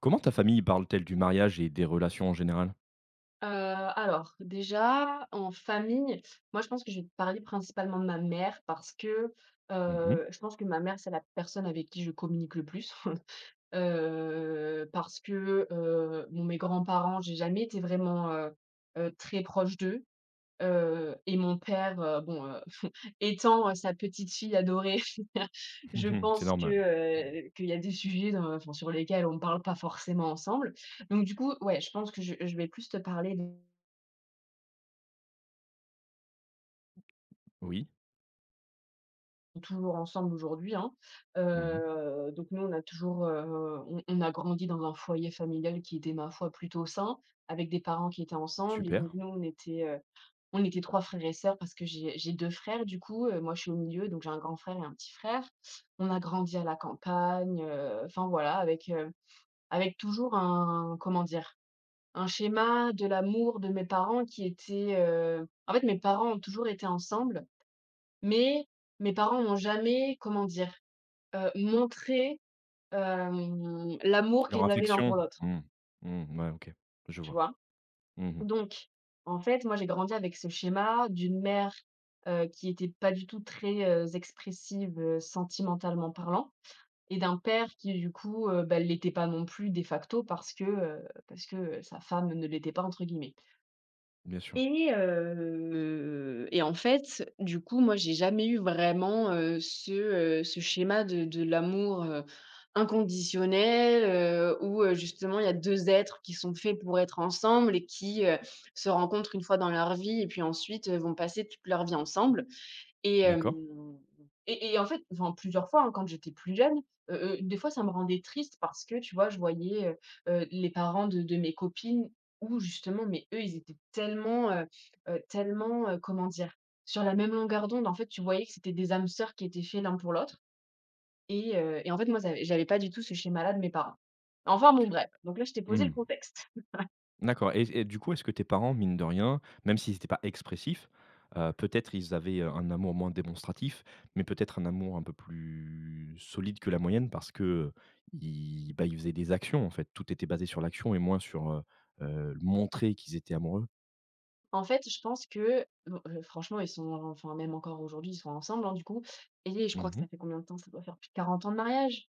Comment ta famille parle-t-elle du mariage et des relations en général? Heu, alors déjà, en famille, moi je pense que je vais te parler principalement de ma mère parce que, Mmh mh. Je pense que ma mère, c'est la personne avec qui je communique le plus. Parce que, bon, mes grands-parents, j'ai jamais été vraiment, très proche d'eux. Et mon père, bon, étant, sa petite fille adorée, je Mmh. C'est pense que, normal. Qu'il y a des sujets dans enfin, sur lesquels on ne parle pas forcément ensemble. Donc du coup, ouais, je pense que je vais plus te parler. Oui. Toujours ensemble aujourd'hui, hein. Mmh. Donc nous, on a toujours, on a grandi dans un foyer familial qui était, ma foi, plutôt sain, avec des parents qui étaient ensemble et Super. donc nous, on était 3 frères et sœurs parce que j'ai 2 frères du coup, moi je suis au milieu, donc j'ai un grand frère et un petit frère. On a grandi à la campagne, enfin voilà, avec, avec toujours un, comment dire? Un schéma de l'amour de mes parents qui était, en fait, mes parents ont toujours été ensemble, mais mes parents n'ont jamais, comment dire? Montré, l'amour Leur qu'ils avaient l'un pour affection. l'autre, Mmh. Mmh, ouais, OK. Je tu vois. vois? Mmh. Donc en fait, moi, j'ai grandi avec ce schéma d'une mère, qui était pas du tout très, expressive, sentimentalement parlant, et d'un père qui, du coup, bah, l'était pas non plus de facto parce que, sa femme ne l'était pas, entre guillemets. Bien sûr. Et et en fait, du coup, moi, j'ai jamais eu vraiment, ce, ce schéma de l'amour, inconditionnel, où, justement, il y a 2 êtres qui sont faits pour être ensemble et qui, se rencontrent une fois dans leur vie et puis ensuite, vont passer toute leur vie ensemble. Et D'accord. hem et en fait, enfin plusieurs fois, hein, quand j'étais plus jeune, des fois ça me rendait triste parce que, tu vois, je voyais, les parents de mes copines, où justement, mais eux, ils étaient tellement, tellement, comment dire? Sur la même longueur d'onde. En fait, tu voyais que c'était des âmes sœurs qui étaient faits l'un pour l'autre, et en fait, moi, j'avais pas du tout ce schéma-là de mes parents. Enfin bon, bref, donc là, je t'ai posé le Mmh. contexte. D'accord et du coup, est-ce que tes parents, mine de rien, même s'ils n'étaient pas expressifs, peut-être ils avaient, un amour moins démonstratif, mais peut-être un amour un peu plus solide que la moyenne parce que, ils bah, ils faisaient des actions en fait. Tout était basé sur l'action et moins sur, montrer qu'ils étaient amoureux? En fait, je pense que bon, franchement, ils sont enfin, même encore aujourd'hui, ils sont ensemble, hein, du coup, et je crois que Mmh. ça fait combien de temps? Ça doit faire plus de 40 ans de mariage.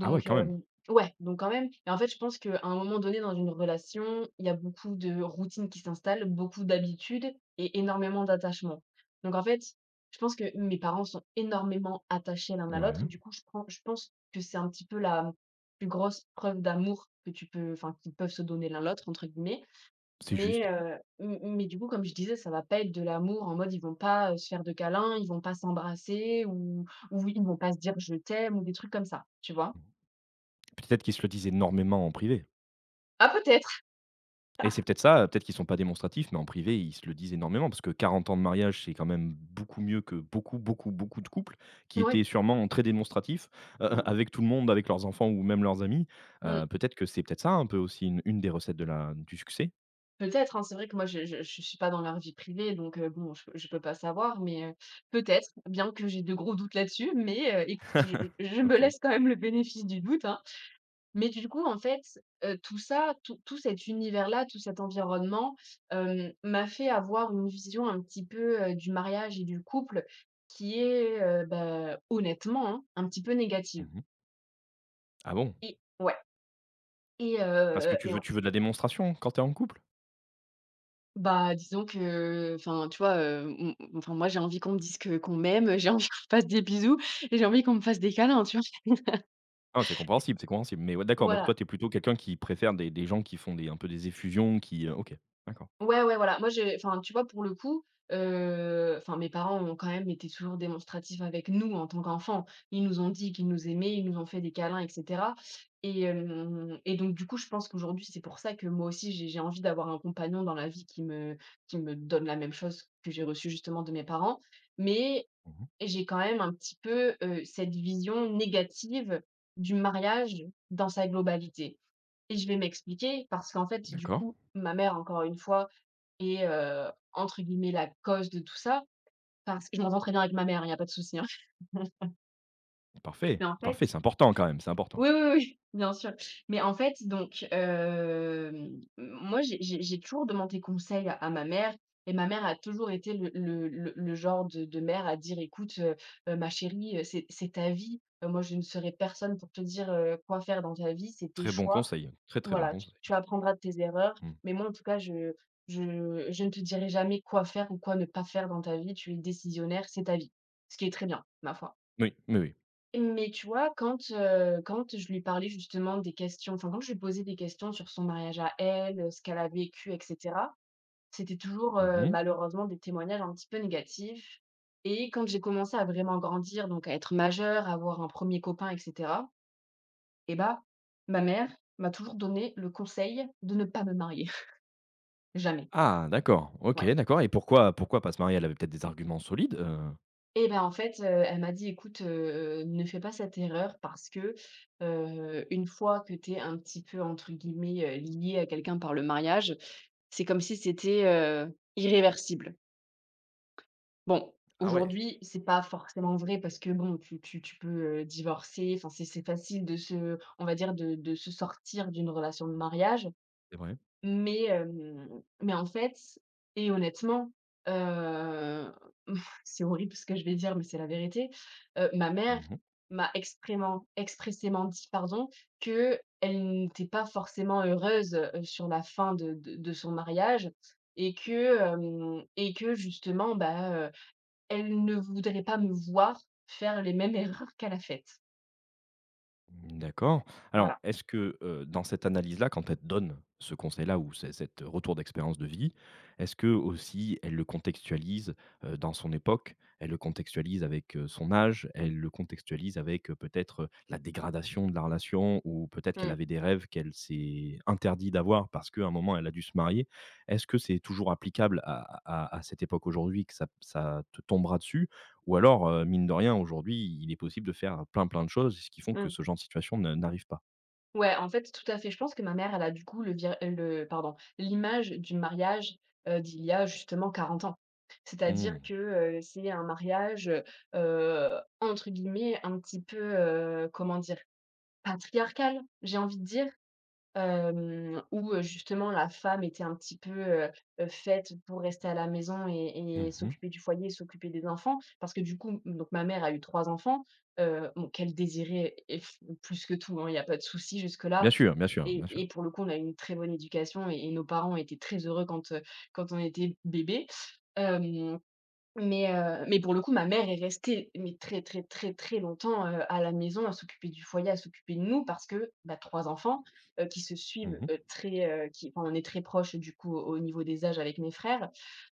Ah ouais, quand même. hem, ouais, donc quand même, et en fait, je pense qu'à un moment donné dans une relation, il y a beaucoup de routines qui s'installent, beaucoup d'habitudes et énormément d'attachement. Donc en fait, je pense que mes parents sont énormément attachés l'un à l'autre et Ouais, du coup, je pense que c'est un petit peu la plus grosse preuve d'amour que tu peux enfin, qu'ils peuvent se donner l'un l'autre, entre guillemets, c'est mais juste. M mais du coup, comme je disais, ça va pas être de l'amour en mode, ils vont pas, se faire de câlins, ils vont pas s'embrasser ou ils vont pas se dire: «Je t'aime» ou des trucs comme ça, tu vois? Peut-être qu'ils se le disent énormément en privé Ah peut-être! et c'est peut-être ça, peut-être qu'ils sont pas démonstratifs, mais en privé, ils se le disent énormément parce que 40 ans de mariage, c'est quand même beaucoup mieux que beaucoup, beaucoup, beaucoup de couples qui Ouais. étaient sûrement très démonstratifs, Mmh. avec tout le monde, avec leurs enfants ou même leurs amis. Mmh. Peut-être que c'est peut-être ça un peu aussi une des recettes de la du succès? Peut-être, hein, c'est vrai que moi je suis pas dans leur vie privée donc bon, je peux pas savoir mais peut-être, bien que j'ai de gros doutes là-dessus mais écoute, je me OK. laisse quand même le bénéfice du doute, hein. Mais du coup, en fait, tout ça, tout cet univers-là, tout cet environnement, m'a fait avoir une vision un petit peu, du mariage et du couple qui est, bah, honnêtement, hein, un petit peu négative, Mmh. Ah bon? et ouais, Parce que tu et veux en tu veux de la démonstration quand tu es en couple? bah, disons que, enfin, tu vois, m m enfin, moi, j'ai envie qu'on me dise que qu'on m'aime, j'ai envie qu'on me fasse des bisous et j'ai envie qu'on me fasse des câlins, tu vois? Ah, c'est compréhensible, mais ouais, d'accord, donc toi, Voilà. tu es plutôt quelqu'un qui préfère des gens qui font des un peu des effusions, qui, OK, d'accord. Ouais, ouais, voilà. Moi, j'ai enfin, tu vois, pour le coup, enfin, mes parents ont quand même été toujours démonstratifs avec nous en tant qu'enfants. Ils nous ont dit qu'ils nous aimaient, ils nous ont fait des câlins et cetera, et donc du coup, je pense qu'aujourd'hui, c'est pour ça que moi aussi, j'ai envie d'avoir un compagnon dans la vie qui me donne la même chose que j'ai reçue justement de mes parents. Mais Mmh. j'ai quand même un petit peu, cette vision négative du mariage dans sa globalité et je vais m'expliquer parce qu'en fait, du D'accord. coup, ma mère, encore une fois, entre guillemets, «la cause de tout ça», parce que je m'entends très bien avec ma mère, hein, il y a pas de souci, hein. Parfait, Mais en fait, parfait, c'est important quand même, c'est important. oui, oui, oui, bien sûr. Mais en fait, donc, moi, j'ai toujours demandé conseil à ma mère, et ma mère a toujours été le genre de mère à dire: «Écoute, ma chérie, c'est ta vie, moi, je ne serai personne pour te dire, quoi faire dans ta vie, c'est tes Très bon choix, conseil, très, très bon voilà, tu conseil. tu apprendras de tes erreurs, Mmh. mais moi, en tout cas, je ne te dirai jamais quoi faire ou quoi ne pas faire dans ta vie. Tu es décisionnaire, c'est ta vie», ce qui est très bien, ma foi. Oui, oui, oui. Mais tu vois, quand, quand je lui parlais justement des questions, enfin, quand je lui posais des questions sur son mariage à elle, ce qu'elle a vécu et cetera, c'était toujours, Mmh. malheureusement des témoignages un petit peu négatifs, et quand j'ai commencé à vraiment grandir, donc à être majeure, à avoir un premier copain et cetera, et bah, ma mère m'a toujours donné le conseil de ne pas me marier. Jamais, Ah d'accord, OK, ouais. d'accord et pourquoi pas se marier? Elle avait peut-être des arguments solides? Et ben en fait, elle m'a dit: «Écoute, ne fais pas cette erreur parce que, une fois que tu es un petit peu entre guillemets, "liée" à quelqu'un par le mariage, c'est comme si c'était, irréversible». Bon, Ah ouais, aujourd'hui, c'est pas forcément vrai parce que bon, tu peux, divorcer, enfin c'est facile de se, on va dire, de se sortir d'une relation de mariage. c'est vrai. Mais en fait, et honnêtement, heu, c'est horrible ce que je vais dire, mais c'est la vérité, ma mère Mmh. m'a exprément expressément dit, pardon, que elle n'était pas forcément heureuse, sur la fin de son mariage, et que justement, bah, elle ne voudrait pas me voir faire les mêmes erreurs qu'elle a faites. Mmh, d'accord. Alors, Voilà. est-ce que, dans cette analyse-là, quand elle te donne ce conseil-là ou ce cet retour d'expérience de vie, est-ce que aussi elle le contextualise, dans son époque? Elle le contextualise avec, son âge? Elle le contextualise avec, peut-être, la dégradation de la relation ou peut-être qu'elle Mmh. avait des rêves qu'elle s'est interdit d'avoir parce qu'à un moment elle a dû se marier? Est-ce que c'est toujours applicable à cette époque aujourd'hui que ça te tombera dessus? Ou alors, mine de rien, aujourd'hui, il est possible de faire plein, plein de choses, ce qui font que Mmh. ce genre de situation ne n'arrive pas. Ouais, en fait, tout à fait. Je pense que ma mère, elle a du coup le vir le pardon, l'image du mariage, d'il y a justement 40 ans. C'est-à-dire Mmh. que, c'est un mariage, entre guillemets, un petit peu, comment dire? «Patriarcal», j'ai envie de dire, où, justement la femme était un petit peu, heu faite pour rester à la maison et Mmh. s'occuper du foyer, s'occuper des enfants. Parce que du coup, donc ma mère a eu 3 enfants, bon qu'elle désirait et f plus que tout, hein, il y a pas de souci jusque là. Bien sûr, bien sûr, bien sûr. Et pour le coup, on a eu une très bonne éducation et nos parents étaient très heureux quand, quand on était bébé. Hem mais pour le coup, ma mère est restée, mais très, très, très, très longtemps, à la maison, à s'occuper du foyer, à s'occuper de nous parce que, bah, 3 enfants, qui se suivent, Mmh. Qui enfin, on est très proches, du coup, au niveau des âges avec mes frères.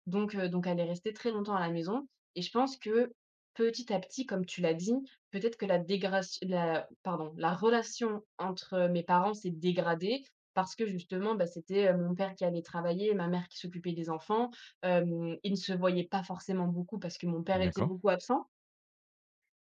Donc elle est restée très longtemps à la maison et je pense que, petit à petit, comme tu l'as dit, peut-être que la dégraci la pardon, la relation entre mes parents s'est dégradée parce que, justement, bah, c'était, mon père qui allait travailler, ma mère qui s'occupait des enfants. Ils ne se voyaient pas forcément beaucoup parce que mon père était D'accord. beaucoup absent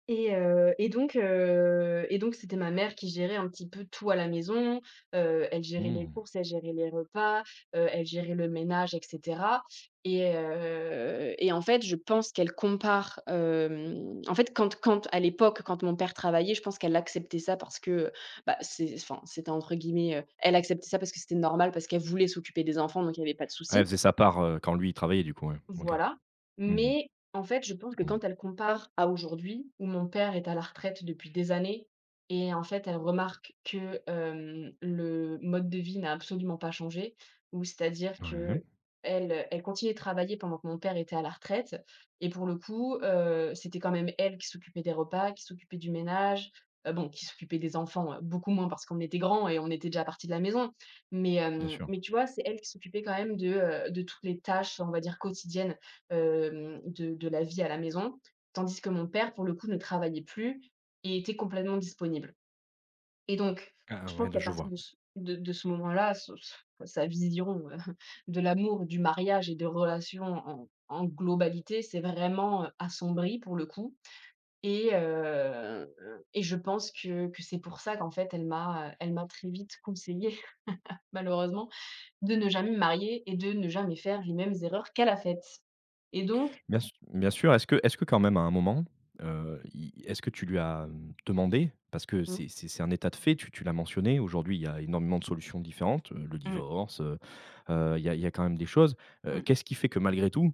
et donc c'était ma mère qui gérait un petit peu tout à la maison. Elle gérait les Mmh. courses, elle gérait les repas, elle gérait le ménage et cetera et en fait, je pense qu'elle compare, en fait, quand à l'époque, quand mon père travaillait, je pense qu'elle acceptait ça parce que, bah, c'était entre guillemets, elle acceptait ça parce que c'était normal, parce qu'elle voulait s'occuper des enfants, donc il n'y avait pas de Ah, elle souci. faisait sa part, quand lui, il travaillait du coup, ouais. OK. Voilà, Mmh mh. mais en fait, je pense que Mmh. quand elle compare à aujourd'hui, où mon père est à la retraite depuis des années. Et en fait, elle remarque que, le mode de vie n'a absolument pas changé, ou c'est-à-dire Ouais. que elle, elle continuait de travailler pendant que mon père était à la retraite et pour le coup, c'était quand même elle qui s'occupait des repas, qui s'occupait du ménage, bon, qui s'occupait des enfants, beaucoup moins parce qu'on était grands et on était déjà partis de la maison, mais Bien sûr. mais tu vois, c'est elle qui s'occupait quand même de toutes les tâches, on va dire, quotidiennes, de la vie à la maison. Tandis que mon père, pour le coup, ne travaillait plus et était complètement disponible. Et donc, Ah je ouais, pense là, qu'à je partir vois. De ce moment-là, sa vision, de l'amour, du mariage et de relations en globalité s'est vraiment, assombrie pour le coup. Et heu et je pense que c'est pour ça qu'en fait, elle m'a très vite conseillée, malheureusement de ne jamais me marier et de ne jamais faire les mêmes erreurs qu'à la fête et donc. Bien sûr, est-ce que quand même à un moment, i est-ce que tu lui as demandé? Parce que Mmh. c'est un état de fait, tu l'as mentionné, aujourd'hui, il y a énormément de solutions différentes, le Mmh, divorce, il y a quand même des choses. Mmh, Qu'est-ce qui fait que malgré tout.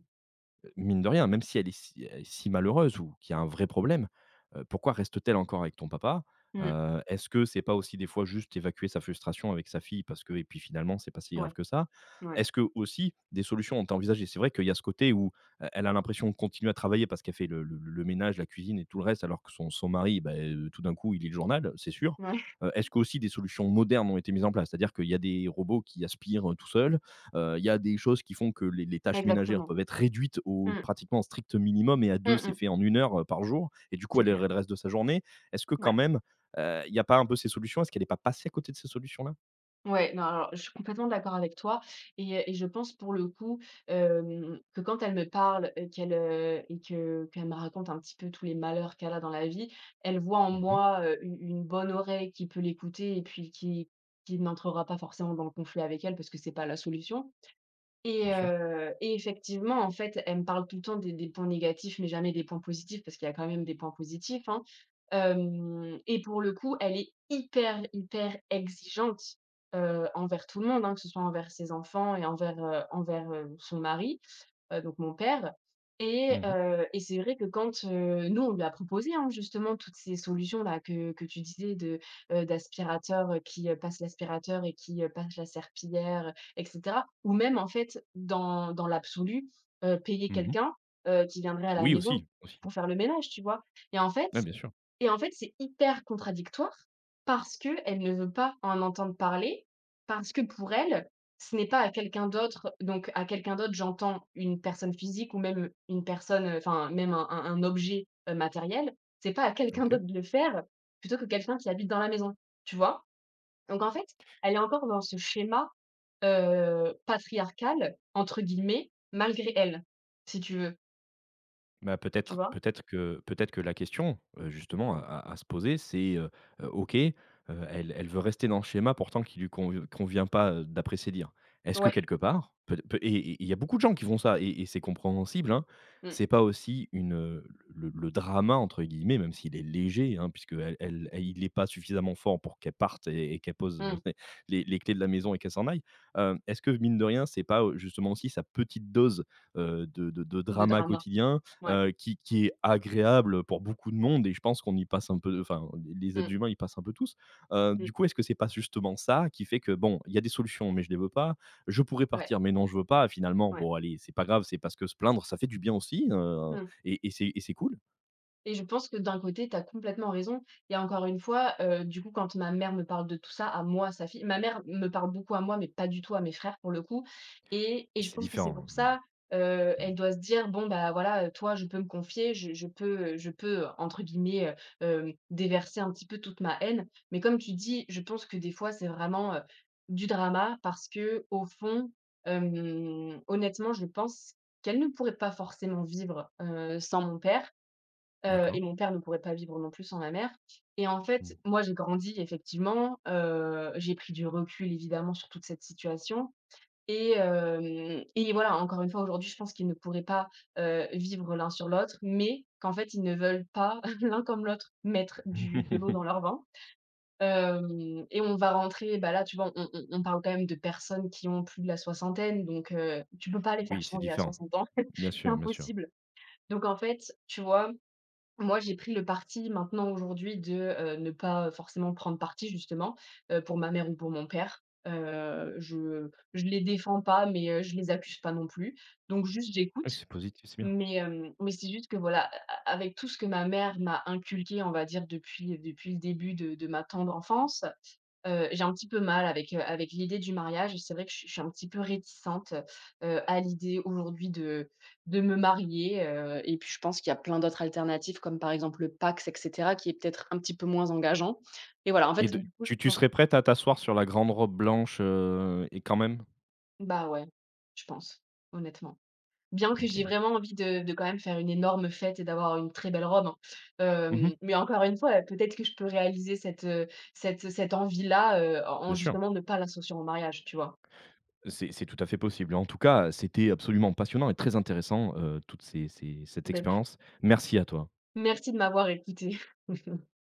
Mine de rien, même si elle est si malheureuse ou qu'il y a un vrai problème, pourquoi reste-t-elle encore avec ton papa? mmh, Est-ce que c'est pas aussi des fois juste évacuer sa frustration avec sa fille parce que et puis finalement c'est pas si grave ouais, que ça? ouais, Est-ce que aussi des solutions ont été envisagées? C'est vrai qu'il y a ce côté où e elle a l'impression de continuer à travailler parce qu'elle fait le ménage, la cuisine et tout le reste alors que son mari, bah, tout d'un coup il lit le journal, c'est sûr. ouais, Est-ce qu'aussi des solutions modernes ont été mises en place? C'est-à-dire qu'il y a des robots qui aspirent, tout seuls. Il y a des choses qui font que les tâches ménagères exactement. peuvent être réduites au Mmh, pratiquement strict minimum et à mmh, deux c'est mmh, fait en 1 heure, par jour et du coup, c'est elle clair. aurait le reste de sa journée. Est-ce que quand Ouais, même, il n'y a pas un peu ces solutions? Est-ce qu'elle n'est pas passée à côté de ces solutions-là? ouais, non, alors je suis complètement d'accord avec toi et je pense pour le coup, que quand elle me parle et qu'elle, et que qu'elle me raconte un petit peu tous les malheurs qu'elle a dans la vie, elle voit en Mmh. moi, u une bonne oreille qui peut l'écouter et puis qui n'entrera pas forcément dans le conflit avec elle parce que c'est pas la solution. Bien Et sûr. heu et effectivement, en fait, elle me parle tout le temps des points négatifs, mais jamais des points positifs parce qu'il y a quand même des points positifs, hein. Hem et pour le coup, elle est hyper, hyper exigeante, envers tout le monde, hein, que ce soit envers ses enfants et envers, son mari, donc mon père. et Mmh mh. heu et c'est vrai que quand, nous, on lui a proposé, hein, justement toutes ces solutions-là que tu disais de, d'aspirateur, qui, passe l'aspirateur et qui, passe la serpillière et cetera. Ou même en fait dans l'absolu, payer Mmh. quelqu'un, qui viendrait à la Oui, maison aussi, aussi. pour faire le ménage, tu vois? Et en fait Ouais, bien sûr. et en fait, c'est hyper contradictoire parce qu'elle ne veut pas en entendre parler, parce que pour elle, ce n'est pas à quelqu'un d'autre. Donc à quelqu'un d'autre, j'entends une personne physique ou même, une personne, enfin même un objet, matériel. C'est pas à quelqu'un OK. d'autre de le faire, plutôt que quelqu'un qui habite dans la maison, tu vois? Donc en fait, elle est encore dans ce schéma, «patriarcal» entre guillemets, malgré elle, si tu veux, Bah, tu peut-être vois? peut-être que peut-être que la question, justement à se poser, c'est, OK, elle veut rester dans le schéma pourtant qui lui convient pas, d'après ses dires. Est-ce que Ouais, quelque part, peut peut et il y a beaucoup de gens qui font ça et c'est compréhensible, hein. mmh, C'est pas aussi une, le «drama» entre guillemets, même s'il est léger, hein, puisqu'elle il est pas suffisamment fort pour qu'elle parte et qu'elle pose, mmh, les clés de la maison et qu'elle s'en aille. Est-ce que mine de rien, c'est pas, justement aussi sa petite dose, de de drama drama. quotidien, Ouais, qui est agréable pour beaucoup de monde et je pense qu'on y passe un peu enfin, les êtres mmh, humains y passent un peu tous. Du mmh, coup, est-ce que c'est pas justement ça qui fait que, bon, il y a des solutions, mais je les veux pas. Je pourrais ouais. partir, mais non, je veux pas. Finalement, Ouais. bon, allez, c'est pas grave, c'est parce que se plaindre, ça fait du bien aussi, Mmh. et c'est cool. Et je pense que d'un côté, tu as complètement raison et encore une fois, du coup, quand ma mère me parle de tout ça à moi, sa fille, ma mère me parle beaucoup à moi, mais pas du tout à mes frères pour le coup et je C'est pense que c'est différent. pour Mmh ça, mh. elle doit se dire: «Bon, bah, voilà, toi, je peux me confier, je peux, entre guillemets, déverser un petit peu toute ma haine». Mais comme tu dis, je pense que des fois, c'est vraiment, du drama parce que au fond, honnêtement, je pense qu'elle ne pourrait pas forcément vivre, sans mon père. Heu D'accord. et mon père ne pourrait pas vivre non plus sans ma mère et en Mmh. fait, moi, j'ai grandi effectivement, j'ai pris du recul évidemment sur toute cette situation et voilà, encore une fois, aujourd'hui, je pense qu'ils ne pourraient pas, vivre l'un sur l'autre, mais qu'en fait, ils ne veulent pas l'un comme l'autre mettre du de l'eau dans leur vin. Hem et on va rentrer, bah, là, tu vois, on parle quand même de personnes qui ont plus de la soixantaine. Donc tu peux pas les faire Oui, c'est changer à différent. 60 ans, Bien c'est sûr, bien sûr. impossible. Donc en fait, tu vois, moi, j'ai pris le parti maintenant aujourd'hui de, ne pas forcément prendre parti justement, pour ma mère ou pour mon père. Je les défends pas, mais je les accuse pas non plus. Donc juste j'écoute, Oui, c'est positif, c'est bien. mais mais c'est juste que voilà, a avec tout ce que ma mère m'a inculqué, on va dire depuis le début de ma tendre enfance. J'ai un petit peu mal avec, avec l'idée du mariage. C'est vrai que je suis un petit peu réticente, à l'idée aujourd'hui de me marier, et puis je pense qu'il y a plein d'autres alternatives comme par exemple le Pacs et cetera qui est peut-être un petit peu moins engageant et voilà, en Et fait, de du coup, je tu tu pense. serais prête à t'asseoir sur la grande robe blanche, et quand même? Bah, ouais, je pense, honnêtement. Bien que j'ai OK. vraiment envie de quand même faire une énorme fête et d'avoir une très belle robe, hein. Mmh. Hem, mais encore une fois, peut-être que je peux réaliser cette, cette envie-là, en en Bien sûr. justement ne pas l'associant au mariage, tu vois? C'est tout à fait possible. En tout cas, c'était absolument passionnant et très intéressant, toute ces ces cette Beh, expérience. Merci à toi. merci de m'avoir écouté.